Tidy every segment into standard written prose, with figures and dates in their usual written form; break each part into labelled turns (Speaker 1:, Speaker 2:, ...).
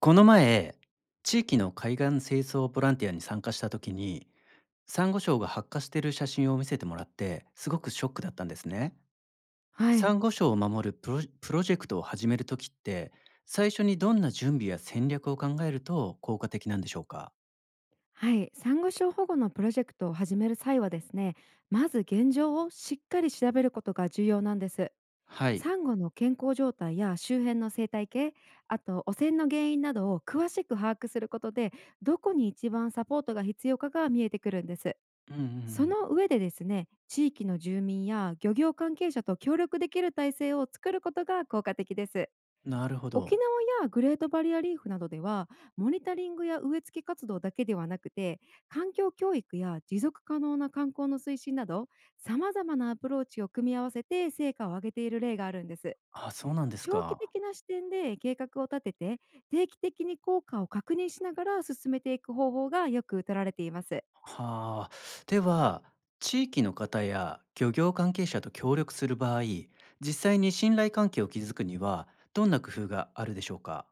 Speaker 1: この前、地域の海岸清掃ボランティアに参加した時に、サンゴ礁が発火している写真を見せてもらって、すごくショックだったんですね。
Speaker 2: はい。
Speaker 1: サンゴ礁を守るプロジェクトを始める時って、最初にどんな準備や戦略を考えると効果的なんでしょうか？
Speaker 2: はい。産後症保護のプロジェクトを始める際はですね、まず現状をしっかり調べることが重要なんです。
Speaker 1: はい。
Speaker 2: 産後の健康状態や周辺の生態系、あと汚染の原因などを詳しく把握することで、どこに一番サポートが必要かが見えてくるんです。
Speaker 1: うんうんう
Speaker 2: そ
Speaker 1: ん。
Speaker 2: の上でですね、地域の住民や漁業関係者と協力できる体制を作ることが効果的です。
Speaker 1: なるほ
Speaker 2: 沖
Speaker 1: ど。
Speaker 2: 縄やグレートバリアリーフなどでは、モニタリングや植え付け活動だけではなくて、環境教育や持続可能な観光の推進など、さまざまなアプローチを組み合わせて成果を上げている例があるんです。
Speaker 1: あ、そうなんです
Speaker 2: 長期
Speaker 1: か。
Speaker 2: 的な視点で計画を立てて、定期的に効果を確認しながら進めていく方法がよく取られています。
Speaker 1: はあ、では地域の方や漁業関係者と協力する場合、実際に信頼関係を築くにはどんな工夫があるでしょうか？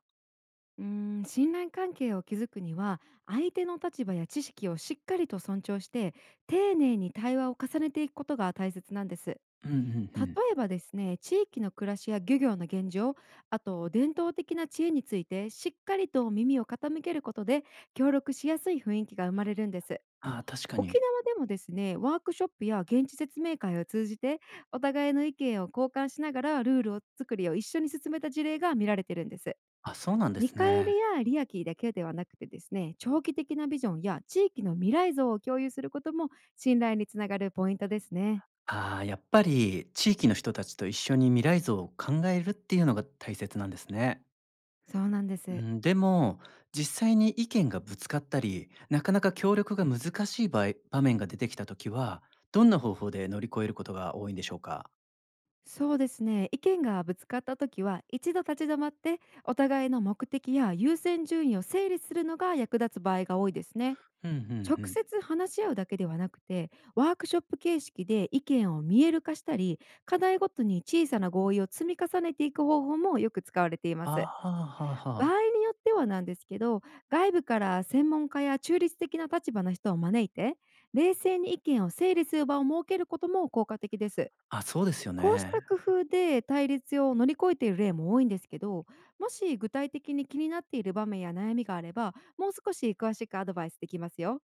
Speaker 2: 信頼関係を築くには、相手の立場や知識をしっかりと尊重して、丁寧に対話を重ねていくことが大切なんです。
Speaker 1: うんうんう
Speaker 2: 例
Speaker 1: ん。
Speaker 2: えばですね、地域の暮らしや漁業の現状、あと伝統的な知恵についてしっかりと耳を傾けることで、協力しやすい雰囲気が生まれるんです。
Speaker 1: ああ確か
Speaker 2: 沖
Speaker 1: に。
Speaker 2: 縄でもですね、ワークショップや現地説明会を通じて、お互いの意見を交換しながらルールを作りを一緒に進めた事例が見られてるんです。
Speaker 1: あ、そうなんで
Speaker 2: 見
Speaker 1: す
Speaker 2: 返
Speaker 1: ね。
Speaker 2: りや利益だけではなくてですね、長期的なビジョンや地域の未来像を共有することも信頼につながるポイントですね。
Speaker 1: ああ、やっぱり地域の人たちと一緒に未来像を考えるっていうのが大切なんですね。
Speaker 2: そうなんで
Speaker 1: う
Speaker 2: す。
Speaker 1: ん、でも実際に意見がぶつかったりなかなか協力が難しい場面が出てきた時は、どんな方法で乗り越えることが多いんでしょうか？
Speaker 2: そうですね、意見がぶつかった時は一度立ち止まって、お互いの目的や優先順位を整理するのが役立つ場合が多いですね。
Speaker 1: うんうんう
Speaker 2: 直
Speaker 1: ん。
Speaker 2: 接話し合うだけではなくて、ワークショップ形式で意見を見える化したり、課題ごとに小さな合意を積み重ねていく方法もよく使われていま
Speaker 1: あ
Speaker 2: す。
Speaker 1: あ、はあは
Speaker 2: 場合
Speaker 1: あ。
Speaker 2: によってはなんですけど、外部から専門家や中立的な立場の人を招いて、冷静に意見を整理する場を設けることも効果的です。
Speaker 1: あ、そうですよ
Speaker 2: こうした
Speaker 1: ね。
Speaker 2: 工夫で対立を乗り越えている例も多いんですけど、もし具体的に気になっている場面や悩みがあれば、もう少し詳しくアドバイスできますよ。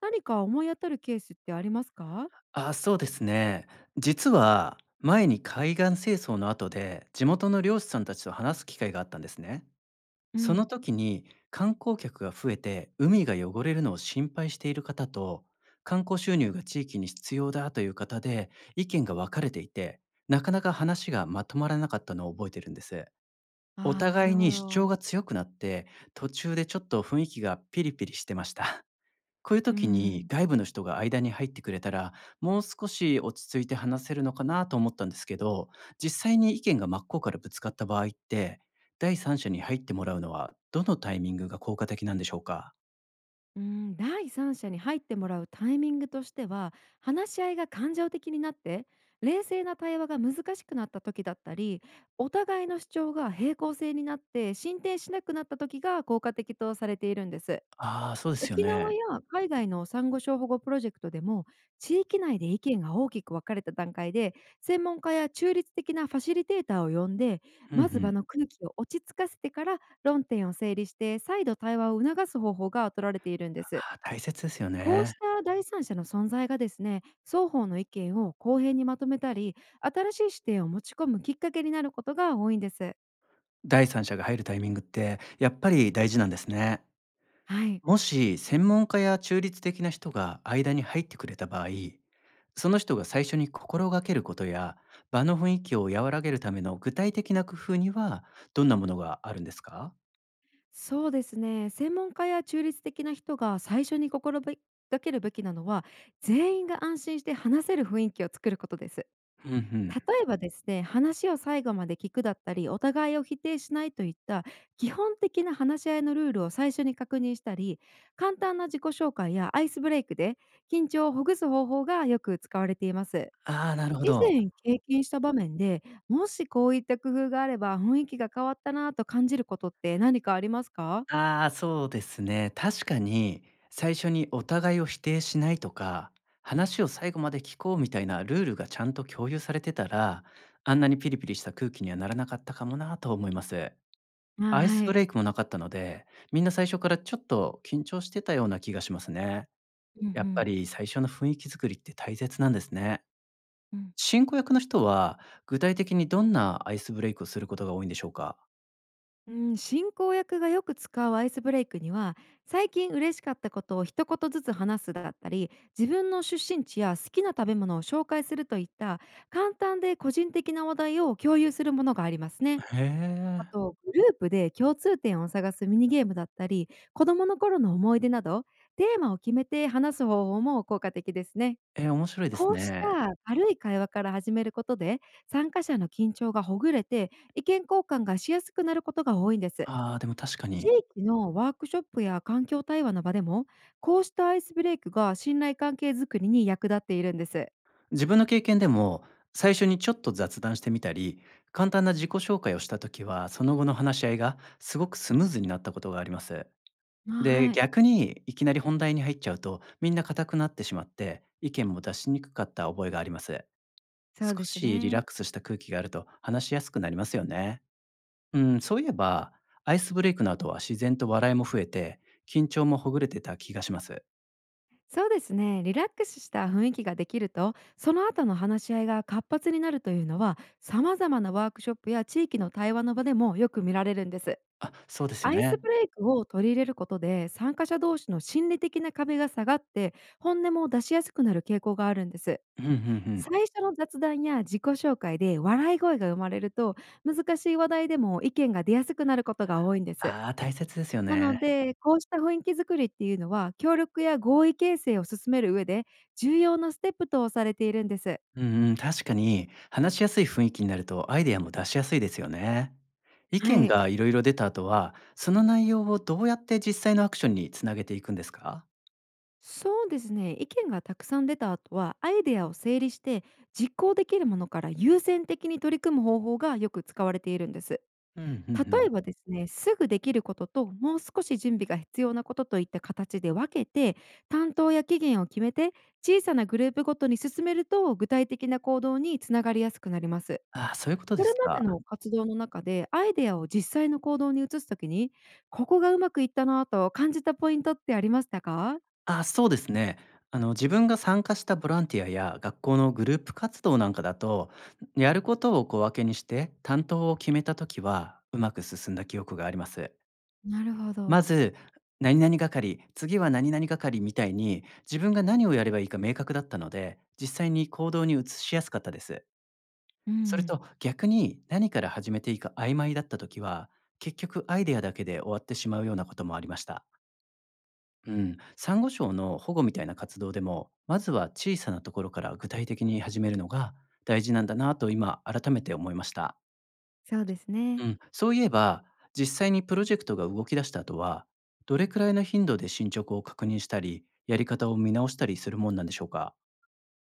Speaker 2: 何か思い当たるケースってありますか？
Speaker 1: あ、そうですね。実は前に海岸清掃の後で、地元の漁師さんたちと話す機会があったんですね。
Speaker 2: う
Speaker 1: その
Speaker 2: ん。
Speaker 1: 時に観光客が増えて海が汚れるのを心配している方と、観光収入が地域に必要だという方で意見が分かれていて、なかなか話がまとまらなかったのを覚えてるんです。お
Speaker 2: ああ、な
Speaker 1: 互
Speaker 2: る
Speaker 1: いに
Speaker 2: ほ
Speaker 1: 主張
Speaker 2: ど。
Speaker 1: が強くなって、途中でちょっと雰囲気がピリピリしてました。こういう
Speaker 2: う
Speaker 1: 時に
Speaker 2: ん。
Speaker 1: 外部の人が間に入ってくれたら、もう少し落ち着いて話せるのかなと思ったんですけど、実際に意見が真っ向からぶつかった場合って、第三者に入ってもらうのはどのタイミングが効果的なんでしょうか？
Speaker 2: うん、第三者に入ってもらうタイミングとしては、話し合いが感情的になって冷静な対話が難しくなった時だったり、お互いの主張が平行性になって進展しなくなった時が効果的とされているんです。
Speaker 1: ああー、そうですよ
Speaker 2: 沖縄
Speaker 1: ね。
Speaker 2: や海外のサンゴ礁保護プロジェクトでも、地域内で意見が大きく分かれた段階で、専門家や中立的なファシリテーターを呼んで、
Speaker 1: うんう
Speaker 2: まず場
Speaker 1: ん。
Speaker 2: の空気を落ち着かせてから論点を整理して、再度対話を促す方法が取られているんです。
Speaker 1: ああ、大切ですよ
Speaker 2: こう
Speaker 1: ね。
Speaker 2: した第三者の存在がですね、双方の意見を公平にまとめたり、新しい視点を持ち込むきっかけになることが多いんです。
Speaker 1: 第三者が入るタイミングってやっぱり大事なんですね。
Speaker 2: はい、
Speaker 1: もし専門家や中立的な人が間に入ってくれた場合、その人が最初に心がけることや場の雰囲気を和らげるための具体的な工夫にはどんなものがあるんですか？
Speaker 2: そうですね、専門家や中立的な人が最初に心がけるべきなのは、全員が安心して話せる雰囲気を作ることです。
Speaker 1: うんうん。
Speaker 2: 例えばですね、話を最後まで聞くだったり、お互いを否定しないといった基本的な話し合いのルールを最初に確認したり、簡単な自己紹介やアイスブレイクで緊張をほぐす方法がよく使われています。
Speaker 1: ああ、なるほ
Speaker 2: 以
Speaker 1: ど。
Speaker 2: 前経験した場面で、もしこういった工夫があれば雰囲気が変わったなぁと感じることって何かありますか？
Speaker 1: ああ、そうですね。確かに最初にお互いを否定しないとか、話を最後まで聞こうみたいなルールがちゃんと共有されてたら、あんなにピリピリした空気にはならなかったかもなと思います。
Speaker 2: あ、
Speaker 1: アイス
Speaker 2: は
Speaker 1: ブ
Speaker 2: い。
Speaker 1: レイクもなかったので、みんな最初からちょっと緊張してたような気がしますね。
Speaker 2: うんう
Speaker 1: やっぱ
Speaker 2: ん。
Speaker 1: り最初の雰囲気作りって大切なんですね。
Speaker 2: うん。
Speaker 1: 進行役の人は具体的にどんなアイスブレイクをすることが多いんでしょうか？
Speaker 2: うん、進行役がよく使うアイスブレイクには、「最近嬉しかったことを一言ずつ話す」だったり、「自分の出身地や好きな食べ物を紹介する」といった簡単で個人的な話題を共有するものがありますね。
Speaker 1: へ
Speaker 2: あ
Speaker 1: え。
Speaker 2: とグループで共通点を探すミニゲームだったり、子どもの頃の思い出などテーマを決めて話す方法も効果的ですね。
Speaker 1: えー、面白いです
Speaker 2: こうし
Speaker 1: ね。
Speaker 2: た軽い会話から始めることで、参加者の緊張がほぐれて、意見交換がしやすくなることが多いんです。
Speaker 1: ああ、でも確か
Speaker 2: 地
Speaker 1: に。
Speaker 2: 域のワークショップや環境対話の場でも、こうしたアイスブレイクが信頼関係づくりに役立っているんです。
Speaker 1: 自分の経験でも、最初にちょっと雑談してみたり、簡単な自己紹介をした時は、その後の話し合いがすごくスムーズになったことがあります。
Speaker 2: あ、
Speaker 1: で、
Speaker 2: はい。
Speaker 1: 逆にいきなり本題に入っちゃうと、みんな硬くなってしまって、意見も出しにくかった覚えがあります。
Speaker 2: そう
Speaker 1: 少
Speaker 2: です
Speaker 1: しリラッ
Speaker 2: ね。
Speaker 1: クスした空気があると話しやすくなりますよね。うん、そういえば、アイスブレイクの後は自然と笑いも増えて、緊張もほぐれてた気がします。
Speaker 2: そうですね。リラックスした雰囲気ができると、その後の話し合いが活発になるというのは、様々なワークショップや地域の対話の場でもよく見られるんです。
Speaker 1: あ、そうですよ
Speaker 2: アイス
Speaker 1: ね。
Speaker 2: ブレイクを取り入れることで、参加者同士の心理的な壁が下がって、本音も出しやすくなる傾向があるんです。
Speaker 1: うんうんうん。
Speaker 2: 最初の雑談や自己紹介で笑い声が生まれると、難しい話題でも意見が出やすくなることが多いんです。
Speaker 1: ああ、大切ですよ
Speaker 2: な
Speaker 1: ね。
Speaker 2: ので、こうした雰囲気づくりっていうのは、協力や合意形成を進める上で重要なステップとされているんです。
Speaker 1: うんうん、確かに話しやすい雰囲気になるとアイデアも出しやすいですよね。意
Speaker 2: は
Speaker 1: 見
Speaker 2: い。
Speaker 1: がいろいろ出た後は、その内容をどうやって実際のアクションにつなげていくんですか？
Speaker 2: そうですね。意見がたくさん出た後は、アイデアを整理して、実行できるものから優先的に取り組む方法がよく使われているんです。
Speaker 1: うんうんう
Speaker 2: 例え
Speaker 1: ん。
Speaker 2: ばですね、すぐできることと、もう少し準備が必要なことといった形で分けて、担当や期限を決めて、小さなグループごとに進めると、具体的な行動につながりやすくなります。
Speaker 1: ああ、そういうことで
Speaker 2: これ
Speaker 1: す
Speaker 2: まで
Speaker 1: か。
Speaker 2: の活動の中で、アイデアを実際の行動に移すときに、ここがうまくいったなぁと感じたポイントってありましたか？
Speaker 1: ああ、そうですね。あの、自分が参加したボランティアや学校のグループ活動なんかだと、やることを小分けにして担当を決めた時は、うまく進んだ記憶があります。
Speaker 2: なるほ
Speaker 1: ま
Speaker 2: ど。
Speaker 1: ず、何々係、次は何々係みたいに、自分が何をやればいいか明確だったので、実際に行動に移しやすかったです。
Speaker 2: う
Speaker 1: それ
Speaker 2: ん。
Speaker 1: と逆に何から始めていいか曖昧だった時は、結局アイデアだけで終わってしまうようなこともありました。うん、サンゴ礁の保護みたいな活動でも、まずは小さなところから具体的に始めるのが大事なんだなと今改めて思いました。
Speaker 2: そうです
Speaker 1: う
Speaker 2: ね。
Speaker 1: ん、そういえば、実際にプロジェクトが動き出した後は、どれくらいの頻度で進捗を確認したり、やり方を見直したりするもんなんでしょうか？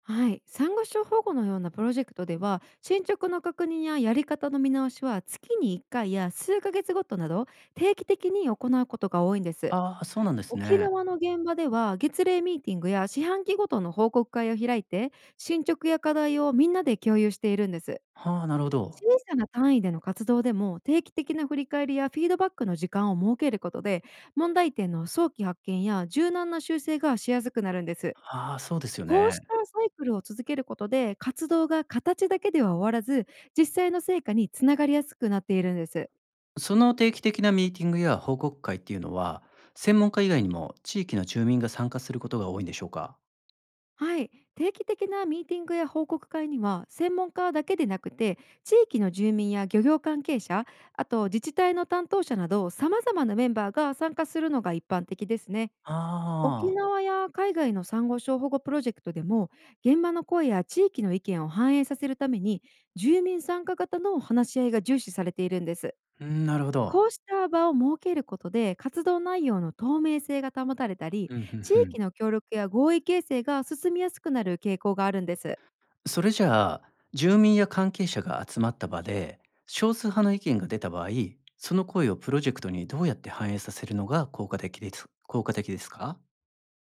Speaker 2: はい。産後症保護のようなプロジェクトでは、進捗の確認ややり方の見直しは月に1回や数ヶ月ごとなど、定期的に行うことが多いんです。
Speaker 1: ああー、そうなんです
Speaker 2: 沖
Speaker 1: ね。
Speaker 2: 縄の現場では月例ミーティングや四半期ごとの報告会を開いて、進捗や課題をみんなで共有しているんです。
Speaker 1: はあ、なるほど。
Speaker 2: 小さな単位での活動でも、定期的な振り返りやフィードバックの時間を設けることで、問題点の早期発見や柔軟な修正がしやすくなるんです。
Speaker 1: ああ、そうですよ
Speaker 2: こう
Speaker 1: ね。
Speaker 2: したサイクルを続けることで、活動が形だけでは終わらず、実際の成果につながりやすくなっているんです。
Speaker 1: その定期的なミーティングや報告会っていうのは、専門家以外にも地域の住民が参加することが多いんでしょうか？
Speaker 2: はい、定期的なミーティングや報告会には専門家だけでなくて、地域の住民や漁業関係者、あと自治体の担当者など様々なメンバーが参加するのが一般的ですね。
Speaker 1: あ
Speaker 2: 沖縄や海外のサンゴ礁保護プロジェクトでも、現場の声や地域の意見を反映させるために、住民参加型の話し合いが重視されているんです。
Speaker 1: あー、うんなるほ
Speaker 2: こ
Speaker 1: ど。
Speaker 2: うした場を設けることで、活動内容の透明性が保たれたり、
Speaker 1: うん
Speaker 2: 地
Speaker 1: うんうん。
Speaker 2: 域の協力や合意形成が進みやすくなる傾向があるんです。
Speaker 1: それじゃあ、住民や関係者が集まった場で、少数派の意見が出た場合、その声をプロジェクトにどうやって反映させるのが効果的ですか？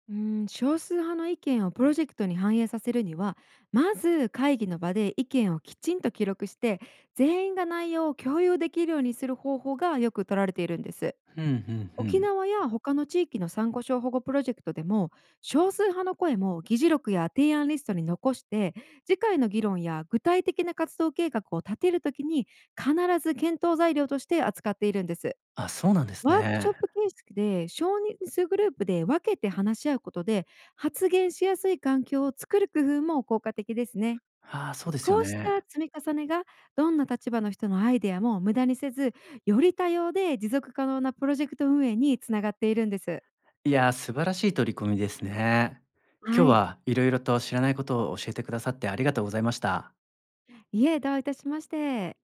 Speaker 2: 少数派の意見をプロジェクトに反映させるには、まず会議の場で意見をきちんと記録して、全員が内容を共有できるようにする方法がよく取られているんです。
Speaker 1: うんうんう
Speaker 2: 沖
Speaker 1: ん。
Speaker 2: 縄や他の地域のサンゴ礁保護プロジェクトでも、少数派の声も議事録や提案リストに残して、次回の議論や具体的な活動計画を立てるときに必ず検討材料として扱っているんです。
Speaker 1: あ、そうなんです
Speaker 2: ワークショッ
Speaker 1: ね。
Speaker 2: プ形式で少人数グループで分けて話し合うことで、発言しやすい環境を作る工夫も効果的ですね。
Speaker 1: ああ、そうですよ
Speaker 2: こうし
Speaker 1: ね。
Speaker 2: た積み重ねが、どんな立場の人のアイデアも無駄にせず、より多様で持続可能なプロジェクト運営につながっているんです。
Speaker 1: いやー、素晴らしい取り組みですね。今
Speaker 2: は
Speaker 1: 日
Speaker 2: い。
Speaker 1: はいろいろと知らないことを教えてくださってありがとうございました。
Speaker 2: いえ、どういたしまして。